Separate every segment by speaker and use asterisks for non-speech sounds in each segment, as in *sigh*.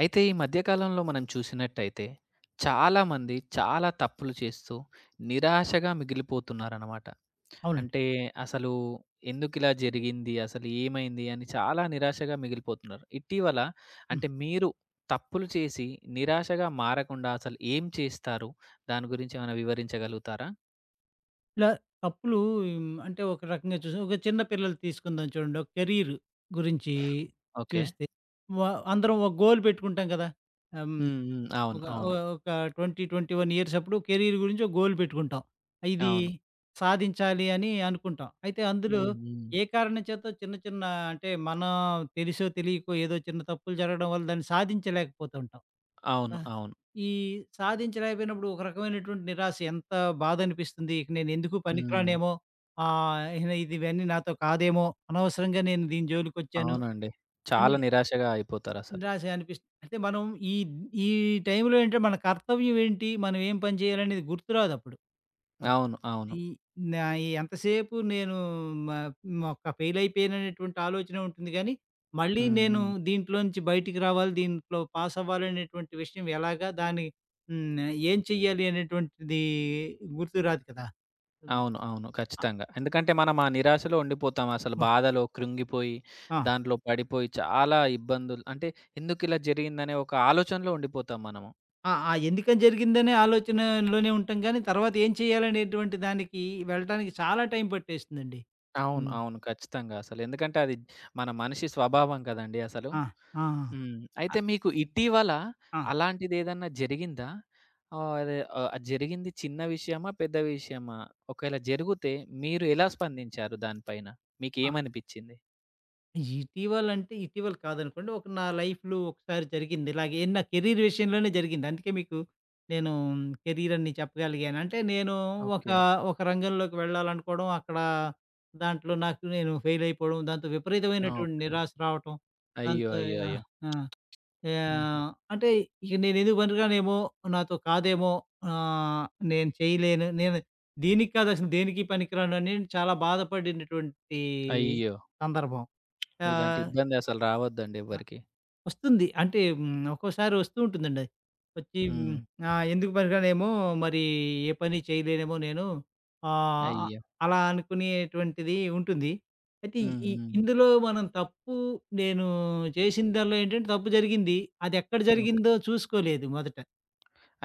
Speaker 1: అయితే ఈ మధ్య కాలంలో మనం చూసినట్టయితే చాలామంది చాలా తప్పులు చేస్తూ నిరాశగా మిగిలిపోతున్నారనమాట.
Speaker 2: అవునండి.
Speaker 1: అంటే అసలు ఎందుకిలా జరిగింది? అసలు ఏమైంది? అని చాలా నిరాశగా మిగిలిపోతున్నారు. ఇటీవల
Speaker 2: హ్మ్.
Speaker 1: అంటే మీరు తప్పులు చేసి నిరాశగా మారకుండా అసలు ఏం చేస్తారు? దాని గురించి ఏమైనా వివరించగలుగుతారా?
Speaker 2: ఇలా తప్పులు అంటే ఒక రకంగా చూసి ఒక చిన్న పిల్లలు తీసుకుందాం చూడండి. ఒక కెరీర్ గురించి
Speaker 1: ఓకే.
Speaker 2: చూస్తే వ అందరం ఒక గోల్ పెట్టుకుంటాం కదా! ఆహ్, హ్మ్.
Speaker 1: హ్మ్. హ్మ్. అవును.
Speaker 2: ఒక ఒ
Speaker 1: అవును.
Speaker 2: ఒక 20, 21 ఇయర్స్ అప్పుడు కెరీర్ గురించి ఒక గోల్ పెట్టుకుంటాం. ఇది
Speaker 1: అవును.
Speaker 2: సాధించాలి అని అనుకుంటాం. అయితే అందులో
Speaker 1: హ్మ్. హ్మ్.
Speaker 2: ఏ కారణం చేతో చిన్న చిన్న అంటే మనం తెలిసో తెలియకో ఏదో చిన్న తప్పులు జరగడం వల్ల దాన్ని సాధించలేకపోతుంటాం. ఆ!
Speaker 1: అవును. అవును.
Speaker 2: ఈ సాధించలేకపోయినప్పుడు ఒక రకమైనటువంటి నిరాశ ఎంత బాధ అనిపిస్తుంది. ఇక నేను ఎందుకు
Speaker 1: హ్మ్.
Speaker 2: పనికిరానేమో, ఆహ్, ఇహ ఇది ఇవన్నీ నాతో కాదేమో, అనవసరంగా నేను దీని జోలికొచ్చాను
Speaker 1: అవునండి.
Speaker 2: అని
Speaker 1: చాలా నిరాశగా అయిపోతారసలు.
Speaker 2: నిరాశ అనిపిస్తుంది. అయితే మనం ఈ ఈ టైంలో ఏంటంటే మన కర్తవ్యం ఏంటి? మనం ఏం పని చేయాలనేది గుర్తురాదప్పుడు.
Speaker 1: అవును. అవును.
Speaker 2: ఈ నా ఈ ఎంతసేపు నేను మ మ- ఒక ఫెయిల్ అయిపోయాననేటువంటి ఆలోచనే ఉంటుంది గానీ, మళ్ళీ
Speaker 1: హ్మ్.
Speaker 2: నేను
Speaker 1: హ్మ్.
Speaker 2: దీంట్లోంచి బయటికి రావాలి, దీంట్లో పాస్ అవ్వాలనేటువంటి విషయం ఎలాగా దాన్ని హ్మ్. ఏం చెయ్యాలి అనేటువంటిది గుర్తురాదు కదా! హ్మ్.
Speaker 1: అవును. అవును.
Speaker 2: ఆహ్,
Speaker 1: ఖచ్చితంగా. ఎందుకంటే మనం ఆ నిరాశలో ఉండిపోతాం. అసలు
Speaker 2: హ్మ్.
Speaker 1: బాధలో కృంగిపోయి,
Speaker 2: ఆ!
Speaker 1: దాంట్లో పడిపోయి చాలా ఇబ్బందులు అంటే ఎందుకిలా జరిగిందనే ఒక ఆలోచనలో ఉండిపోతాం మనము.
Speaker 2: ఆ! ఆ ఎందుకని జరిగిందనే ఆలోచనలోనే ఉంటాం గానీ, తర్వాత ఏం చేయాలనేటువంటి దానికి వెళ్ళటానికి చాలా టైం పట్టేస్తుందండి.
Speaker 1: అవును.
Speaker 2: హ్మ్.
Speaker 1: అవును. ఖచ్చితంగా అసలు. ఎందుకంటే అది మన మనిషి స్వభావం కదండీ అసలు.
Speaker 2: ఆ! ఆ!
Speaker 1: హ్మ్.
Speaker 2: ఆ!
Speaker 1: అయితే మీకు ఇటీవల
Speaker 2: ఆ! ఆ!
Speaker 1: అలాంటిదేదన్నా జరిగిందా? అదే అది జరిగింది చిన్న విషయమా? పెద్ద విషయమా? ఒకవేళ జరిగితే మీరు ఎలా స్పందించారు దానిపైన? మీకేమనిపిచ్చింది?
Speaker 2: ఇటీవలంటే ఇటీవల కాదనుకోండి. ఒక నా లైఫ్‌లో ఒకసారి జరిగింది. ఇలాగే నా కెరీర్ విషయంలోనే జరిగింది. అందుకే మీకు నేను కెరీర్ అని చెప్పగలిగాను. అంటే నేను ఒక,
Speaker 1: ఓకే.
Speaker 2: ఒక రంగంలోకి వెళ్ళాలనుకోవడం, అక్కడ దాంట్లో నాకు నేను ఫెయిల్ అయిపోవడం, దాంతో విపరీతమైనటువంటి
Speaker 1: ఓకే.
Speaker 2: నిరాశ రావటం.
Speaker 1: అయ్యో!
Speaker 2: దాంతో
Speaker 1: అయ్యో! అయ్యో!
Speaker 2: ఆ!
Speaker 1: హుహు.
Speaker 2: ఆహ్, అంటే ఇక నేను ఎందుకు పనికిరానేమో, నాతో కాదేమో, ఆహ్, నేను చేయలేను, నేను దీనికి కాదు అసలు దేనికి పనికిరాను అని చాలా బాధపడినటువంటి
Speaker 1: అయ్యో!
Speaker 2: సందర్భం. ఓకే.
Speaker 1: ఇలాంటి
Speaker 2: ఆహ్,
Speaker 1: ఇబ్బందసలు రావద్దండి
Speaker 2: అ
Speaker 1: ఎవ్వరికీ.
Speaker 2: వస్తుంది. అంటే ఒక్కోసారి వస్తూ ఉంటుందండి. అది. వచ్చి హ్మ్.
Speaker 1: హ్మ్.
Speaker 2: హ్మ్, ఆహ్, ఎందుకు పనికిరానేమో మరి ఏ పని చేయలేనేమో నేను ఆహ్, హ్మ్. అ
Speaker 1: అయ్యో!
Speaker 2: అలా అనుకునేటువంటిది ఉంటుంది. అయితే
Speaker 1: హ్మ్.
Speaker 2: ఈ హ్మ్.
Speaker 1: హ్మ్.
Speaker 2: ఇందులో మనం తప్పు నేను చేసిన దానిలో ఏంటంటే తప్పు జరిగింది. అది ఎక్కడ
Speaker 1: ఓకే.
Speaker 2: జరిగిందో చూసుకోలేదు మొదట.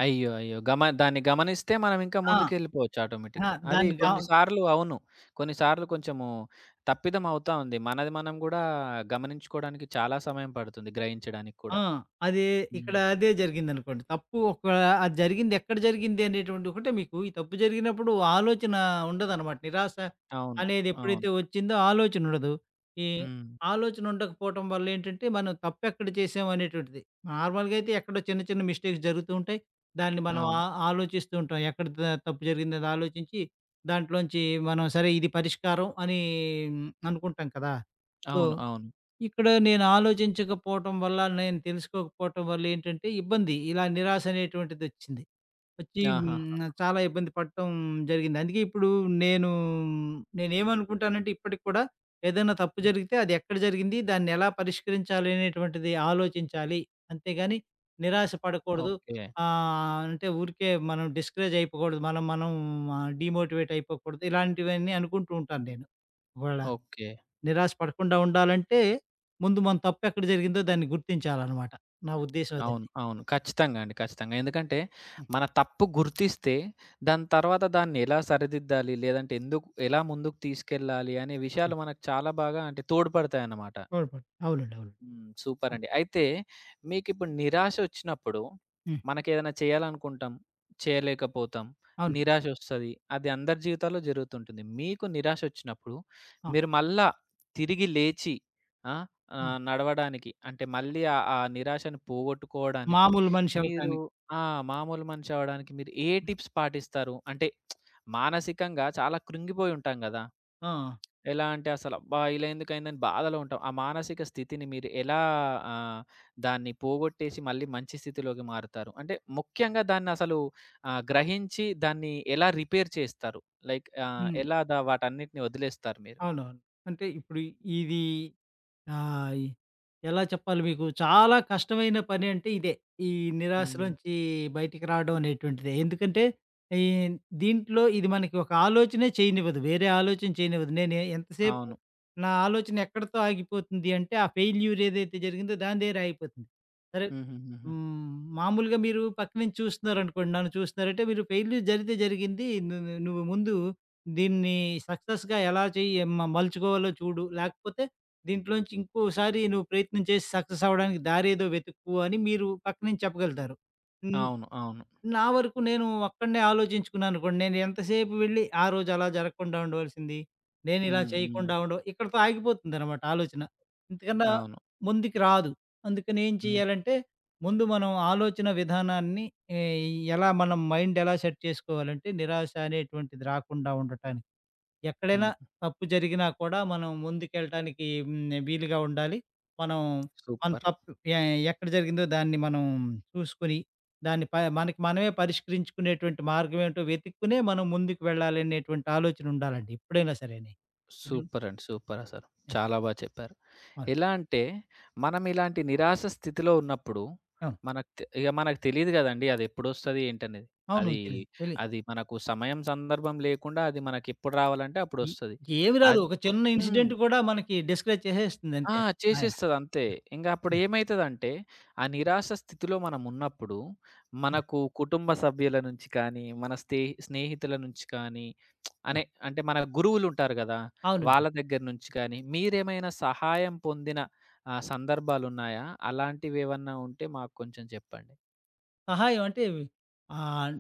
Speaker 1: అయ్యో! అయ్యో! దాన్ని గమనిస్తే మనం ఇంకా
Speaker 2: ఆ!
Speaker 1: ముందుకెళ్ళిపోవచ్చు
Speaker 2: ఆ!
Speaker 1: ఆటోమేటిక్‌గా. అది
Speaker 2: దాన్ని గా
Speaker 1: కొన్ని సార్లు అవును. కొన్ని సార్లు కొంచెము తప్పిదం అవుతా ఉంది. మనది మనం గూడా గమనించుకోవడానికి చాలా సమయం పడుతుంది గ్రహించడానికి కూడా.
Speaker 2: ఆ! అదే
Speaker 1: హ్మ్.
Speaker 2: ఇక్కడ అదే జరిగిందనుకోండి. తప్పు ఒక అది జరిగింది ఎక్కడ జరిగింది అనేటువంటిది ఒకటే మీకు ఈ తప్పు జరిగినప్పుడు ఆలోచన ఉండదనమాట. నిరాశ
Speaker 1: అవును.
Speaker 2: అనేది
Speaker 1: అవును.
Speaker 2: ఎప్పుడైతే వచ్చిందో ఆలోచన ఉండదు. ఈ
Speaker 1: హ్మ్.
Speaker 2: ఆలోచన ఉండకపోవటం వల్ల ఏంటంటే, మనం తప్పెక్కడ చేసాం అనేటువంటిది. నార్మల్‌గా అయితే ఎక్కడో చిన్న చిన్న మిస్టేక్స్ జరుగుతూ ఉంటాయి. దాన్ని మనం
Speaker 1: అవును.
Speaker 2: ఆలోచిస్తూ ఉంటాం. ఎక్కడ త తప్పు జరిగిందని ఆలోచించి దాంట్లోంచి మనం సరే ఇది పరిష్కారం అని అనుకుంటాం కదా! సో
Speaker 1: అవును. అవును.
Speaker 2: ఇక్కడ నేను ఆలోచించకపోవటం వల్ల, నేను తెలుసుకోకపోవటం వల్ల ఏంటంటే ఇబ్బంది. ఇలా నిరాశ అనేటువంటిదొచ్చింది. వచ్చి
Speaker 1: ఆహాహా!
Speaker 2: చాలా ఇబ్బంది పడటం జరిగింది. అందుకే ఇప్పుడు నేను నేనేమనుకుంటానంటే ఇప్పటికి కూడా ఏదైనా తప్పు జరిగితే అది ఎక్కడ జరిగింది? దాన్ని ఎలా పరిష్కరించాలి అనేటువంటిది ఆలోచించాలి. అంతేగాని నిరాశ పడకూడదు.
Speaker 1: ఓకే.
Speaker 2: అంటే ఊరికే మనం డిస్కరేజ్ అయిపోకూడదు. మనం మనం డీమోటివేట్ అయిపోకూడదు. ఇలాంటివన్నీ అనుకుంటూ ఉంటాను నేను. ఒకవేళ
Speaker 1: ఓకే.
Speaker 2: నిరాశ పడకుండా ఉండాలంటే, ముందు మన తప్పెక్కడ జరిగిందో దాన్ని గుర్తించాలనమాట. నా ఉద్దేశ్యం
Speaker 1: అవును.
Speaker 2: అదండి.
Speaker 1: అవును. ఖచ్చితంగా అండి. ఖచ్చితంగా. ఎందుకంటే,
Speaker 2: హ్మ్.
Speaker 1: మన తప్పు గుర్తిస్తే, దాని తర్వాత దాన్ని ఎలా సరిదిద్దాలి, లేదంటే ఎందుకు ఎలా ముందుకు తీసుకెళ్ళాలి అనే
Speaker 2: హ్మ్.
Speaker 1: విషయాలు మనకు చాలా బాగా అంటే తోడ్పడతాయన్నమాట.
Speaker 2: పొరపాటు. అవునండి. అవును.
Speaker 1: హ్మ్. సూపర్
Speaker 2: హ్మ్.
Speaker 1: అండి. అయితే మీకిప్పుడు నిరాశొచ్చినప్పుడు
Speaker 2: హ్మ్.
Speaker 1: మనకేదైనా చేయాలనుకుంటాం. చేయలేకపోతాం.
Speaker 2: అవును.
Speaker 1: నిరాశొస్తది. అది అందరి జీవితాల్లో జరుగుతుంటుంది. మీకు నిరాశొచ్చినప్పుడు
Speaker 2: ఆ!
Speaker 1: మీరు మళ్ళా తిరిగి లేచి ఆ!
Speaker 2: హ్మ్.
Speaker 1: నడవడానికి అంటే మళ్ళీ ఆ ఆ నిరాశను పోగొట్టుకోవడానికి
Speaker 2: మామూలు మనిషి
Speaker 1: మీరు
Speaker 2: అవ్వటానికి.
Speaker 1: ఆ! మామూలు మనిషి అవ్వడానికి మీరు ఏ టిప్స్ పాటిస్తారు? అంటే మానసికంగా చాలా కృంగిపోయి ఉంటాం గదా!
Speaker 2: ఆ!
Speaker 1: ఎలా అంటే అసలబ్బా! ఇలా ఎందుకయిందని బాధలో ఉంటాం. ఆ మానసిక స్థితిని మీరు ఎలా ఆహ్, దాన్ని పోగొట్టేసి మళ్ళీ మంచి స్థితిలోకి మారుతారు? అంటే ముఖ్యంగా దాన్నసలు గ్రహించి దాన్ని ఎలా రిపేర్ చేస్తారు? లైక్
Speaker 2: హ్మ్.
Speaker 1: ఎలా వాటన్నిటిని వదిలేస్తారు మీరు?
Speaker 2: అవునవును. అంటే ఇప్పుడు ఇది ఆ! ఇ ఎలా చెప్పాలి మీకు? చాలా కష్టమైన పని అంటే ఇదే. ఈ
Speaker 1: హ్మ్.
Speaker 2: నిరాశలోంచి బయటికి రావడం అనేటువంటిదే. ఎందుకంటే, ఈ దీంట్లో ఇది మనకి ఒక ఆలోచనే చేయనివ్వదు. వేరే ఆలోచన చేయనివ్వదు. నేను ఎంతసేపు
Speaker 1: అవును.
Speaker 2: నా ఆలోచన ఎక్కడితో ఆగిపోతుంది అంటే, ఆ ఫెయిల్యూర్ ఏదైతే జరిగిందో దాని దగ్గర ఆగిపోతుంది. సరే
Speaker 1: హుహుహుహు.
Speaker 2: హ్మ్. మామూలుగా మీరు పక్కన నుంచి చూస్తున్నారనుకోండి. నన్ను చూస్తున్నారంటే మీరు ఫెయిల్యూర్ జరిగితే జరిగింది. ను ను నువ్వు ముందు దీన్ని సక్సెస్‌గా ఎలా చెయ్యి మ మలుచుకోవాలో చూడు. లేకపోతే దీంట్లోంచి ఇంకోసారి నువ్వు ప్రయత్నం చేసి సక్సెస్ అవ్వడానికి దారేదో వెతుక్కు అని మీరు పక్కనుంచి చెప్పగలుగుతారు. హ్మ్.
Speaker 1: అవును. అవును.
Speaker 2: నా వరకు నేను ఒక్కడినే ఆలోచించుకున్నాననుకోండి. నేను ఎంతసేపు వెళ్ళి ఆ రోజు అలా జరగకుండా ఉండవలసింది. నేను ఇలా
Speaker 1: హ్మ్. హ్మ్.
Speaker 2: చేయకుండా ఉండ ఇక్కడితో ఆగిపోతుందనమాట ఆలోచన. ఇంతకన్నా
Speaker 1: అవును.
Speaker 2: ముందుకి రాదు. అందుకని ఏం
Speaker 1: హ్మ్.
Speaker 2: చేయాలంటే ముందు మనం ఆలోచన విధానాన్ని ఎ ఎలా మనం మైండ్ ఎలా సెట్ చేసుకోవాలంటే నిరాశ అనేటువంటిది రాకుండా ఉండటానికి ఎక్కడైనా
Speaker 1: హ్మ్.
Speaker 2: తప్పు జరిగినా కూడా మనం ముందుకెళ్ళటానికి వీలుగా ఉండాలి. మనం మన
Speaker 1: సూపర్.
Speaker 2: తప్పు ఎ ఎక్కడ జరిగిందో దాన్ని మనం చూసుకొని, దాన్ని ప మనకి మనమే పరిష్కరించుకునేటువంటి మార్గం ఏంటో వెతుక్కునే మనం ముందుకు వెళ్ళాలనేటువంటి ఆలోచన ఉండాలండి. ఎప్పుడైనా సరేనే. ఇది అవును.
Speaker 1: సూపర్ అండి. సూపరసలు. చాలా బా చెప్పారు. ఎలా అంటే, మనం ఇలాంటి నిరాశ స్థితిలో ఉన్నప్పుడు,
Speaker 2: అవును.
Speaker 1: మనకు తె ఇగ మనకు తెలీదు గదండీ! అదెప్పుడొస్తది ఏంటనేది.
Speaker 2: అవును.
Speaker 1: అది,
Speaker 2: తెలీదు. తెలీదు.
Speaker 1: అది మనకు సమయం, సందర్భం లేకుండా అది మనకెప్పుడు రావాలంటే
Speaker 2: ఈ
Speaker 1: అప్పుడొస్తది.
Speaker 2: ఏమి రాదు.
Speaker 1: అది
Speaker 2: ఒక చిన్న
Speaker 1: హ్మ్.
Speaker 2: ఇన్సిడెంట్ కూడా మనకి డిస్కరేజ్ చేసేస్తుంది
Speaker 1: ఆ!
Speaker 2: అంతే. ఆ!
Speaker 1: చేసేస్తదంతే. ఇంగ అప్పుడు ఏమైతదంటే, ఆ నిరాశ స్థితిలో మనమున్నప్పుడు, మనకు కుటుంబ సభ్యుల నుంచి కానీ, మన స్నేహితుల నుంచి కానీ,
Speaker 2: ఆ!
Speaker 1: అనే అంటే మన గురువులుంటారు గదా!
Speaker 2: అవునండి.
Speaker 1: వాళ్ళ దగ్గర నుంచి కానీ, మీరేమైనా సహాయం పొందిన సందర్భాలున్నాయా? అలాంటివేవన్నా ఉంటే మాకు కొంచెం చెప్పండి.
Speaker 2: సహాయం అంటే ఆహ్,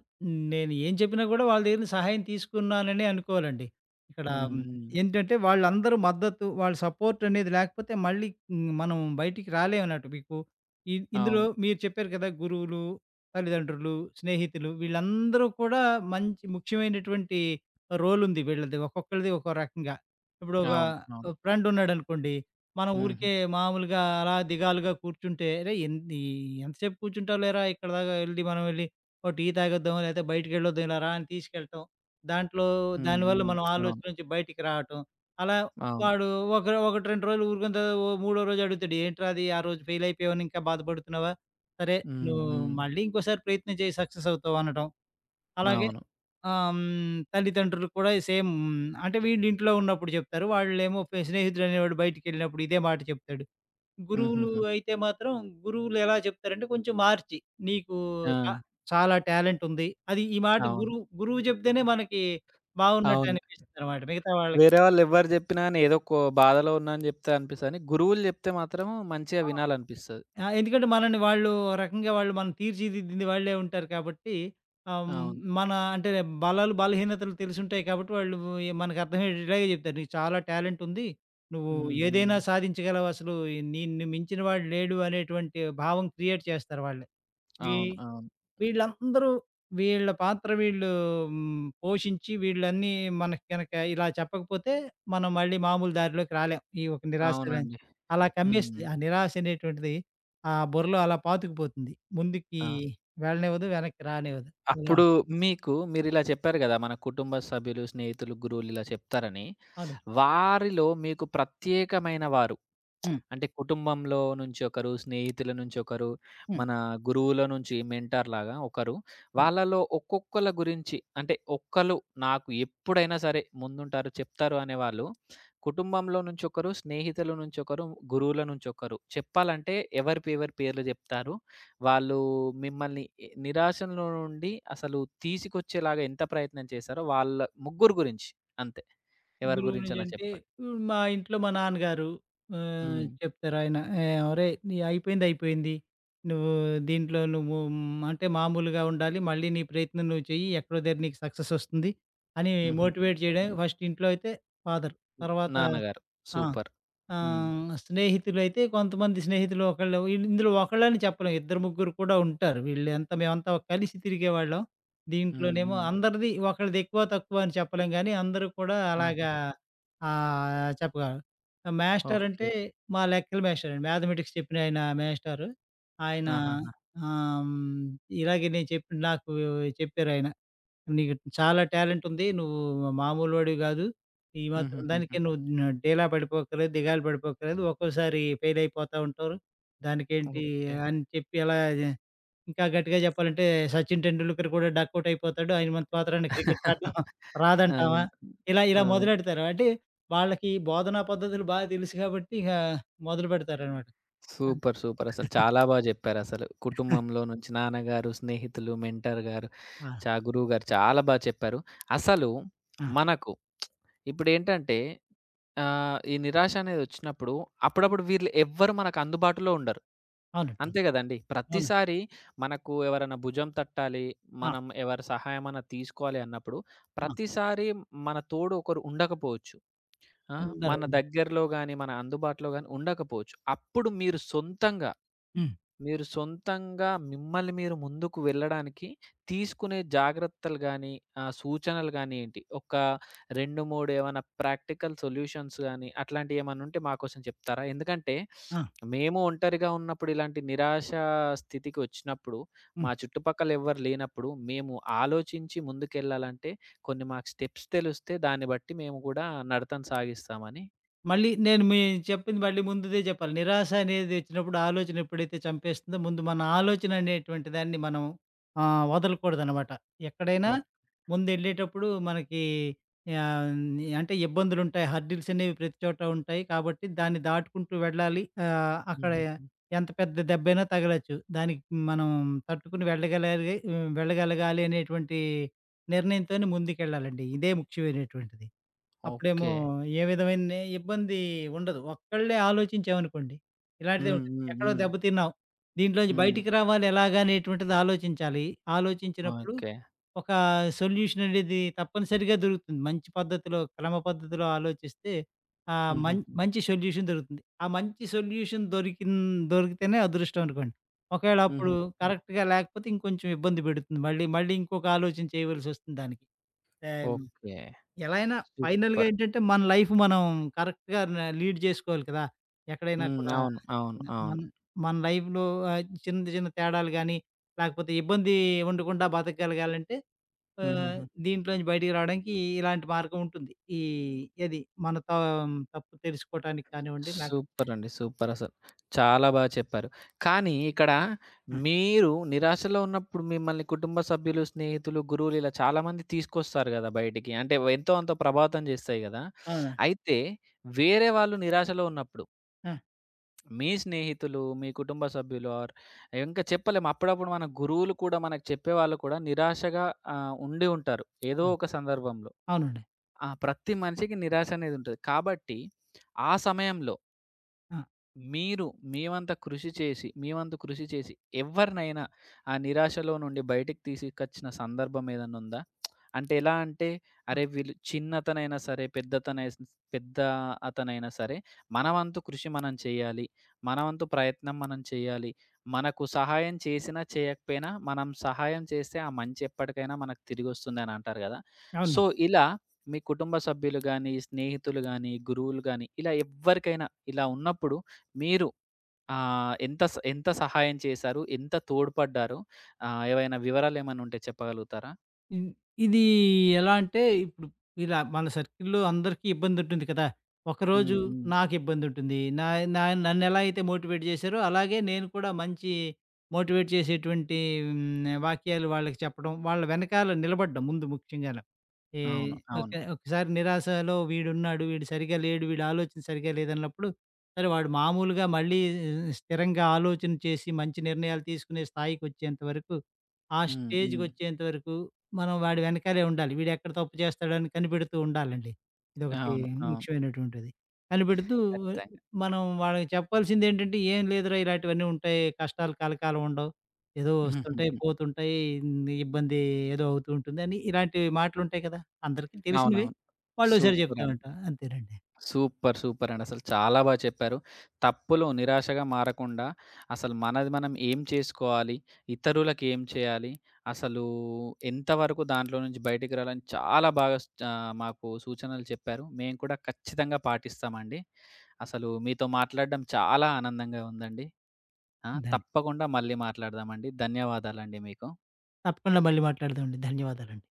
Speaker 2: నేను ఏం చెప్పినా గూడా వాళ్ళ దగ్గర నుంచి సహాయం తీసుకున్నాననే అనుకోవాలండి. ఇక్కడ
Speaker 1: హ్మ్.
Speaker 2: హ్మ్. హ్మ్,
Speaker 1: హ్మ్.
Speaker 2: ఏంటంటే వాళ్ళందరూ మద్దతు, వాళ్ళ సపోర్ట్ అనేది లేకపోతే మళ్ళీ మనం బయటికి రాలేమన్నట్టు. మీకు ఇందులో
Speaker 1: అవును.
Speaker 2: మీరు చెప్పారు కదా! గురువులు, తల్లిదండ్రులు, స్నేహితులు వీళ్ళందరూ కూడా మంచి ముఖ్యమైనటువంటి రోలుంది వీళ్ళది. ఒక్కొక్కళ్ళది ఒక్కో రకంగా. ఇప్పుడు ఒక
Speaker 1: అవును. అవును.
Speaker 2: ఫ్రెండ్ ఉన్నాడనుకోండి మనం
Speaker 1: హుహు.
Speaker 2: ఊరికే మామూలుగా అలా దిగాలుగా కూర్చుంటే, "అరేయ్! ఎన్ ఈ ఎంతసేపు కూర్చుంటావులేరా ఇక్కడ దాకా ఎళ్లి మనం ఎళ్లి ఓ టీ తాగొద్దాం, లేతే బయటికెళ్ళొద్దాం ఇలా రా" అని తీసుకెళ్ళటం. దాంట్లో
Speaker 1: హ్మ్.
Speaker 2: దానివల్ల
Speaker 1: హ్మ్.
Speaker 2: మనం
Speaker 1: అవును.
Speaker 2: ఆలోచన నుంచి బయటికి రావటం. అలా
Speaker 1: అవును.
Speaker 2: వాడు ఒకటి 2 రోజులు ఊరుకున్న తర్వాత ఓ మూడో రోజు అడుగుతాడు, "ఏంట్రా అది ఆ రోజు ఫెయిల్ అయిపోయావని ఇంకా బాధపడుతున్నావా? సరే,
Speaker 1: హ్మ్.
Speaker 2: నువ్వు
Speaker 1: హ్మ్.
Speaker 2: మళ్ళీ ఇంకోసారి ప్రయత్నం చేయి సక్సెస్ అవుతావు" అనటం. అలాగే
Speaker 1: అవును.
Speaker 2: ఆహ్, హ్మ్. తల్లిదండ్రులు కూడా సేమ్ అంటే వీళ్ళింట్లో ఉన్నప్పుడు చెప్తారు. వాళ్ళేమో ఫె స్నేహితుడనేవాడు బయటికెళ్ళినప్పుడు ఇదే మాట చెప్తాడు. గురువులు
Speaker 1: హుహుహు.
Speaker 2: అయితే మాత్రం గురువులెలా చెప్తారంటే కొంచెం మార్చి నీకు
Speaker 1: ఆ!
Speaker 2: చ చాలా టాలెంటుంది. అది ఈ మాట
Speaker 1: అవును.
Speaker 2: గురువు గురువు చెప్తేనే మనకి
Speaker 1: అవును.
Speaker 2: బావున్నట్టనిపిస్తుందనమాట. మిగతా వాళ్ళకి
Speaker 1: వేరే వాళ్ళెవ్వరు జెప్పినా గాని ఏదో బాధలో ఉన్నా అని జెప్తే అనిపిస్తదని, గురువులు జెప్తే మాత్రం మంచిగా
Speaker 2: ఆ!
Speaker 1: వినాలనిపిస్తది.
Speaker 2: ఆ! ఎందుకంటే మనల్ని వాళ్ళు ఓ రకంగా వాళ్ళు మనం తీర్చిదిద్దింది వాళ్ళే ఉంటారు కాబట్టి, ఆహ్, హ్మ్,
Speaker 1: అవును.
Speaker 2: మన అంటే బలాలు, బలహీనతలు తెలిసుంటాయి కాబట్టి వాళ్ళు మనకు అర్థమయ్యేలాగే చెప్తారు. "నీకు చాలా టాలెంట్ ఉంది. నువ్వు
Speaker 1: హ్మ్.
Speaker 2: ఏదైనా
Speaker 1: హ్మ్.
Speaker 2: సాధించగలవు. అసలు నిన్ను మించిన వాడు లేడు" అనేటువంటి భావం క్రియేట్ చేస్తారు వాళ్ళే. ఇవి
Speaker 1: అవును. అవును.
Speaker 2: వీళ్ళందరూ వీళ్ళ పాత్ర వీళ్ళు పోషించి వీళ్ళన్నీ మనకి గనక ఇలా చెప్పకపోతే, మనం మళ్ళీ మామూలు దారిలోకి రాలేం. ఈ ఒక
Speaker 1: అవునండి.
Speaker 2: అలా
Speaker 1: హ్మ్.
Speaker 2: కమ్మేస్తది. ఆ నిరాశ అనేటువంటిది ఆ బుర్రలో అలా పాతుకుపోతుంది. ముందుకి
Speaker 1: అవును.
Speaker 2: వెళ్ళనివ్వదు, వెనక్కి రానివ్వదు. ఇలా
Speaker 1: అప్పుడు మీకు మీరిలా చెప్పారు గదా! మన కుటుంబ సభ్యులు, స్నేహితులు, గురువులు ఇలా చెప్తారని.
Speaker 2: అవును.
Speaker 1: వారిలో మీకు ప్రత్యేకమైన వారు
Speaker 2: హ్మ్.
Speaker 1: అంటే కుటుంబంలో నుంచి ఒకరు, స్నేహితుల నుంచి ఒకరు,
Speaker 2: హ్మ్.
Speaker 1: మన గురువుల నుంచి మెంటార్‌లాగా ఒకరు.
Speaker 2: హ్మ్.
Speaker 1: వాళ్ళలో ఒక్కొక్కళ్ళ గురించి అంటే ఒక్కళ్ళు నాకు ఎప్పుడైనా సరే ముందుంటారు, చెప్తారు అనేవాళ్ళు. కుటుంబంలో నుంచి ఒకరు, స్నేహితుల నుంచి ఒకరు, గురువుల నుంచి ఒకరు. చెప్పాలంటే ఎవరి పేర్లు చెప్తారు. వాళ్ళు మిమ్మల్ని నిరాశలో నుండి అసలు తీసుకొచ్చేలాగా ఎంత ప్రయత్నం చేశారో వాళ్ళ ముగ్గురు గురించి అంతే. ఎవరి
Speaker 2: గురువు నుంచి
Speaker 1: గురించైనా
Speaker 2: అంటే
Speaker 1: చెప్పండి.
Speaker 2: మా ఇంట్లో మా నాన్నగారు
Speaker 1: హ్మ్.
Speaker 2: చెప్తారు ఆయన. "ఏహ్! ఒరేయ్! నీ అయిపోయింది అయిపోయింది. నువ్వు దీంట్లో నువ్వు అంటే మామూలుగా ఉండాలి. మళ్ళీ నీ ప్రయత్నం నువ్వు చెయ్యి. ఎక్కడో దగ్గర నీకు సక్సెస్ వస్తుంది" అని మోటివేట్
Speaker 1: హుహుహు.
Speaker 2: చేయడానికి ఫస్ట్ ఇంట్లో అయితే ఫాదర్.
Speaker 1: హ్మ్.
Speaker 2: తర్వాత
Speaker 1: నాన్నగారు.
Speaker 2: ఆ!
Speaker 1: సూపర్. హ్మ్.
Speaker 2: స్నేహితులైతే కొంతమంది స్నేహితులు ఒకళ్ళు వీళ్ళు ఇందులో ఒకళ్ళని చెప్పలేం. ఇద్దరు, ముగ్గురు కూడా ఉంటారు. వీళ్ళంతా మేమంతా కలిసి తిరిగేవాళ్ళం.
Speaker 1: హ్మ్.
Speaker 2: దీంట్లోనేమో
Speaker 1: హ్మ్.
Speaker 2: అందరిది ఒకళ్ళది ఎక్కువ, తక్కువ అని చెప్పలేం గానీ, అందరూ కూడా
Speaker 1: ఆహా!
Speaker 2: అలాగా చెప్పగలరు.
Speaker 1: ఓకే.
Speaker 2: మాస్టరంటే మా లెక్కల మాస్టరండి. మ్యాథమెటిక్స్ చెప్పిన ఆయన మాస్టారు. ఆయన
Speaker 1: ఆహాహా!
Speaker 2: ఆహ్, హ్మ్, ఇలాగే నేను చెప్పి నాకు చెప్పారాయన. నీకు చాలా టాలెంట్ ఉంది. నువ్వు మామూలోడివి గాదు. ఈ మాత్రం
Speaker 1: హుహుహుహు.
Speaker 2: దానికే నువ్వు న డీలా పడిపోక్కర్లేదు, దిగాలు పడిపోక్కర్లేదు. ఒక్కోసారి ఫెయిల్ అయిపోతా ఉంటారు. దానికేంటి
Speaker 1: ఓకే.
Speaker 2: అని చెప్పి అలా జె ఇంకా గట్టిగా జెప్పాలంటే 'సచిన్ టెండూల్కర్' కూడా డకౌట్ అయిపోతాడు. ఆయనమంత మాత్రాన క్రికెట్ ఆడడం రాదంటావా?
Speaker 1: అవును.
Speaker 2: ఇలా ఇలా
Speaker 1: ఆ!
Speaker 2: మొదలెడతారు. అంటే వాళ్ళకి బోధనా పద్ధతులు బాగా తెలుసు గాబట్టి ఇక మొదలు పెడతారనమాట. ఆ!
Speaker 1: సూపర్. సూపర్. అసలు చాలా బా జెప్పారసలు. కుటుంబంలో నుంచి నాన్నగారు, స్నేహితులు, మెంటర్ గారు,
Speaker 2: ఆ!
Speaker 1: గురువుగారు చాలా బా చెప్పారు. అసలు
Speaker 2: ఆ!
Speaker 1: మనకు ఇప్పుడేంటంటే ఈ నిరాశ అనేదొచ్చినప్పుడు అప్పుడప్పుడు వీళ్ళు ఎవ్వరు మనకు అందుబాటులో ఉండరు.
Speaker 2: అవునండి. అవును.
Speaker 1: అంతే గదండీ!
Speaker 2: అవును.
Speaker 1: ప్రతిసారి మనకు ఎవరైనా భుజం తట్టాలి,
Speaker 2: ఆ!
Speaker 1: మనం ఎవరి సహాయమన్నా తీసుకోవాలి అన్నప్పుడు
Speaker 2: ఆ!
Speaker 1: ప్రతిసారి మన తోడు ఒకరు ఉండకపోవచ్చు. ఆ! మన
Speaker 2: ఉన్నారు.
Speaker 1: దగ్గరలో గాని, మన అందుబాటులో గాని ఉండకపోవచ్చు. అప్పుడు మీరు సొంతంగా
Speaker 2: హ్మ్.
Speaker 1: మీరు సొంతంగా మిమ్మల్ని మీరు ముందుకు వెళ్ళడానికి తీసుకునే జాగ్రత్తలు గానీ, సూచనలు గానీ ఏంటి? ఒక 2, 3 ఏమన్నా ప్రాక్టికల్ సొల్యూషన్స్ గానీ, అట్లాంటియేమన్నా ఉంటే మా కోసం చెప్తారా? ఎందుకంటే,
Speaker 2: ఆ!
Speaker 1: మేము ఒంటరిగా ఉన్నప్పుడు ఇలాంటి నిరాశ స్థితికి వచ్చినప్పుడు, మా
Speaker 2: హ్మ్.
Speaker 1: చుట్టుపక్కల ఎవ్వరు లేనప్పుడు, మేము ఆలోచించి ముందుకెళ్ళాలంటే, కొన్ని మాకు స్టెప్స్ తెలిస్తే దాన్ని బట్టి మేము గూడా నడతను సాగిస్తామని
Speaker 2: మళ్ళీ నేను మీ చెప్పింది మళ్ళీ ముందుదే చెప్పాలి. నిరాశ అనేది వచ్చినప్పుడు ఆలోచన ఎప్పుడైతే చంపేస్తుందో ముందు మన ఆలోచన అనేటువంటి దాన్ని మనం ఆహ్, వదలకూడదనమాట. ఎక్కడైనా
Speaker 1: ఓహ్!
Speaker 2: ముందెళ్ళేటప్పుడు మనకి ఆహ్, అంటే ఇబ్బందులుంటాయి. హర్డిల్స్ అనేవి ప్రతి చోట ఉంటాయి. కాబట్టి దాన్ని దాటుకుంటూ వెళ్ళాలి. ఆహ్, అక్కడ
Speaker 1: హుహుహు.
Speaker 2: ఎంత పెద్ద దెబ్బైనా తగలొచ్చు. దానికి మనం తట్టుకుని వెళ్ళగలగాలి హ్మ్. వెళ్ళగలగాలి అనేటువంటి నిర్ణయంతోనే ముందుకెళ్ళాలండి. ఇదే ముఖ్యమైనటువంటిది. అప్పుడేమో
Speaker 1: ఓకే.
Speaker 2: ఏ విధమైన ఇబ్బంది ఉండదు. ఒక్కళ్ళే ఆలోచించామనుకోండి, ఇలాంటిదే
Speaker 1: హ్మ్.
Speaker 2: ఉంటుంది.
Speaker 1: హ్మ్.
Speaker 2: ఎక్కడో
Speaker 1: హ్మ్.
Speaker 2: దెబ్బతిన్నాం, దీంట్లోంచి
Speaker 1: హ్మ్.
Speaker 2: బయటికి రావాలి ఎలాగా అనేటువంటిది ఆలోచించాలి. ఆలోచించినప్పుడు
Speaker 1: ఓకే.
Speaker 2: ఒక సొల్యూషన్ అనేది తప్పనిసరిగా దొరుకుతుంది. మంచి పద్ధతిలో, క్రమ పద్ధతిలో ఆలోచిస్తే ఆహ్, మం
Speaker 1: హుహుహు.
Speaker 2: మంచి సొల్యూషన్ దొరుకుతుంది. ఆ మంచి సొల్యూషన్ దొరికిన్ దొరికితేనే అదృష్టం అనుకోండి. ఒకవేళ అప్పుడు
Speaker 1: హుహుహు.
Speaker 2: కరెక్ట్‌గా లేకపోతే ఇంకొంచెం ఇబ్బంది పెడుతుంది. మళ్ళీ మళ్ళీ ఇంకొక ఆలోచన చేయవలసొస్తుంది దానికి. ఆహ్
Speaker 1: ఓకే.
Speaker 2: ఎలా అయినా ఫైనల్‌గా
Speaker 1: సూపర్.
Speaker 2: ఏంటంటే, మన లైఫ్ మనం కరెక్ట్‌గా న లీడ్ చేసుకోవాలి కదా! ఎక్కడైనా
Speaker 1: హ్మ్.
Speaker 2: కూడా
Speaker 1: అవును. అవును.
Speaker 2: మన
Speaker 1: అవును.
Speaker 2: మన లైఫ్‌లో ఆహ్, చిన్న చిన్న తేడాలు గానీ, లేకపోతే ఇబ్బంది ఉండకుండా బతకగలగాలంటే ఆహ్,
Speaker 1: హుహుహు.
Speaker 2: దీంట్లోంచి బయటికి రావడానికి ఇలాంటి మార్గం ఉంటుంది. ఈ ఏది మన త తప్పు తెలుసుకోవటానికి కానివ్వండి, లేక
Speaker 1: సూపరండి. సూపరసలు. చాలా బా చెప్పారు. కానీ ఇక్కడ
Speaker 2: ఆ!
Speaker 1: మీరు నిరాశలో ఉన్నప్పుడు మిమ్మల్ని కుటుంబ సభ్యులు, స్నేహితులు, గురువులు ఇలా చాలామంది తీసుకొస్తారు గదా! బయటికి. అంటే ఎంతో అంతో ప్రభావితం జేస్తాయి గదా!
Speaker 2: అవునండి.
Speaker 1: అయితే వేరే వాళ్ళు నిరాశలో ఉన్నప్పుడు
Speaker 2: ఆ!
Speaker 1: మీ స్నేహితులు, మీ కుటుంబ సభ్యులు ఇంకా చెప్పలేము. అప్పుడప్పుడు మన గురువులు కూడా మనకు చెప్పేవాళ్ళు కూడా నిరాశగా ఉండి ఉంటారు. ఏదో
Speaker 2: అవును.
Speaker 1: ఒక సందర్భంలో.
Speaker 2: అవునండి.
Speaker 1: ఆ! ప్రతి మనిషికి నిరాశ అనేది ఉంటది. కాబట్టి ఆ సమయంలో
Speaker 2: ఆ!
Speaker 1: మీరు మీ వంతు కృషి చేసి ఎవ్వరినైనా ఆ నిరాశలో నుండి బయటికి తీసుకొచ్చిన సందర్భం ఏదన్నా ఉందా? అంటే ఎలా అంటే,
Speaker 2: ఆ!
Speaker 1: అరే! వీళ్ళు చిన్నతనైనా సరే, పెద్ద అతనైనా సరే, మన వంతు కృషి మనం చేయాలి. మన వంతు ప్రయత్నం మనం చేయాలి. మనకు సహాయం చేసినా, చేయకపోయినా మనం సహాయం చేస్తే ఆ మంచి ఎప్పటికైనా మనకు తిరిగొస్తుందని అంటారు గదా! సో,
Speaker 2: అవును.
Speaker 1: ఇలా మీ కుటుంబ సభ్యులు గాని, స్నేహితులు గాని, గురువులు గాని ఇలా ఎవ్వరికైనా ఇలా ఉన్నప్పుడు మీరు ఎంత సహాయం చేశారు? ఎంత తోడ్పడ్డారు? ఏవైనా వివరాలేమన్నా ఉంటే చెప్పగలుగుతారా?
Speaker 2: ఇన్ ఇదీ ఎలా అంటే, ఇప్పుడు ఇలా మన సర్కిల్‌లో అందరికీ ఇబ్బందుంటుంది కదా!
Speaker 1: హ్మ్.
Speaker 2: ఒకరోజు
Speaker 1: హ్మ్.
Speaker 2: నాకిబ్బందుంటుంది. నా నా నన్నెలా అయితే మోటివేట్ చేశారో, అలాగే నేను కూడా మంచి మోటివేట్ చేసేటువంటి వాక్యాలు వాళ్ళకి చెప్పడం, వాళ్ళ వెనకాల నిలబడ్డం ముందు ముఖ్యంగాను. ఏ
Speaker 1: అవును. అవును.
Speaker 2: ఓకే. ఒకసారి నిరాశలో వీడున్నాడు, వీడు సరిగ్గా లేడు, వీడి ఆలోచన సరిగ్గా లేదన్నప్పుడు, సరే వాడు మామూలుగా మళ్ళీ స్థిరంగా ఆలోచన చేసి మంచి నిర్ణయాలు తీసుకునే స్థాయికొచ్చేంత వరకు, ఆ
Speaker 1: హ్మ్. హ్మ్.
Speaker 2: స్టేజ్‌కొచ్చేంత వరకు మనం వాడి వెనకాలే ఉండాలి. వీడెక్కడ తప్పు చేస్తాడని కనిపెడుతూ ఉండాలండి. ఇదొకటి
Speaker 1: అవును. అవును.
Speaker 2: ముఖ్యమైనటువంటిది. కనిపెడుతూ
Speaker 1: ఖచ్చితంగా.
Speaker 2: మనం వాళ్ళకి చెప్పాల్సిందేంటంటే, "ఏం లేదురా ఇలాంటివన్నీ ఉంటాయి. కష్టాలు కలకాలం ఉండవు. ఏదో వస్తుంటాయి,
Speaker 1: *laughs*
Speaker 2: పోతుంటాయి. నీ ఇబ్బంది ఏదో అవుతూ ఉంటుంది" అని ఇలాంటి మాటలుంటాయి కదా! అందరికీ తెలిసినవే.
Speaker 1: అవునవును.
Speaker 2: వాళ్ళోసారి చెప్తా
Speaker 1: సూపరండి.
Speaker 2: ఉంటాం. అంతేనండి.
Speaker 1: సూపర్. సూపర్ అండి. అసలు చాలా బాగా చెప్పారు. తప్పులో నిరాశగా మారకుండా అసలు మనది మనం ఏం చేసుకోవాలి? ఇతరులకి ఏం చేయాలి? అసలు ఎంతవరకు దాంట్లో నుంచి బయటికి రావాలని చాలా బాగా మాకు సూచనలు చెప్పారు. మేము కూడా ఖచ్చితంగా పాటిస్తామండి. అసలు మీతో మాట్లాడడం చాలా ఆనందంగా ఉందండి. ఆ!
Speaker 2: దాన్ని
Speaker 1: తప్పకుండా మళ్ళీ మాట్లాడదామండి. ధన్యవాదాలండి మీకు.
Speaker 2: తప్పకుండా మళ్ళీ మాట్లాడదామండి. ధన్యవాదాలండి.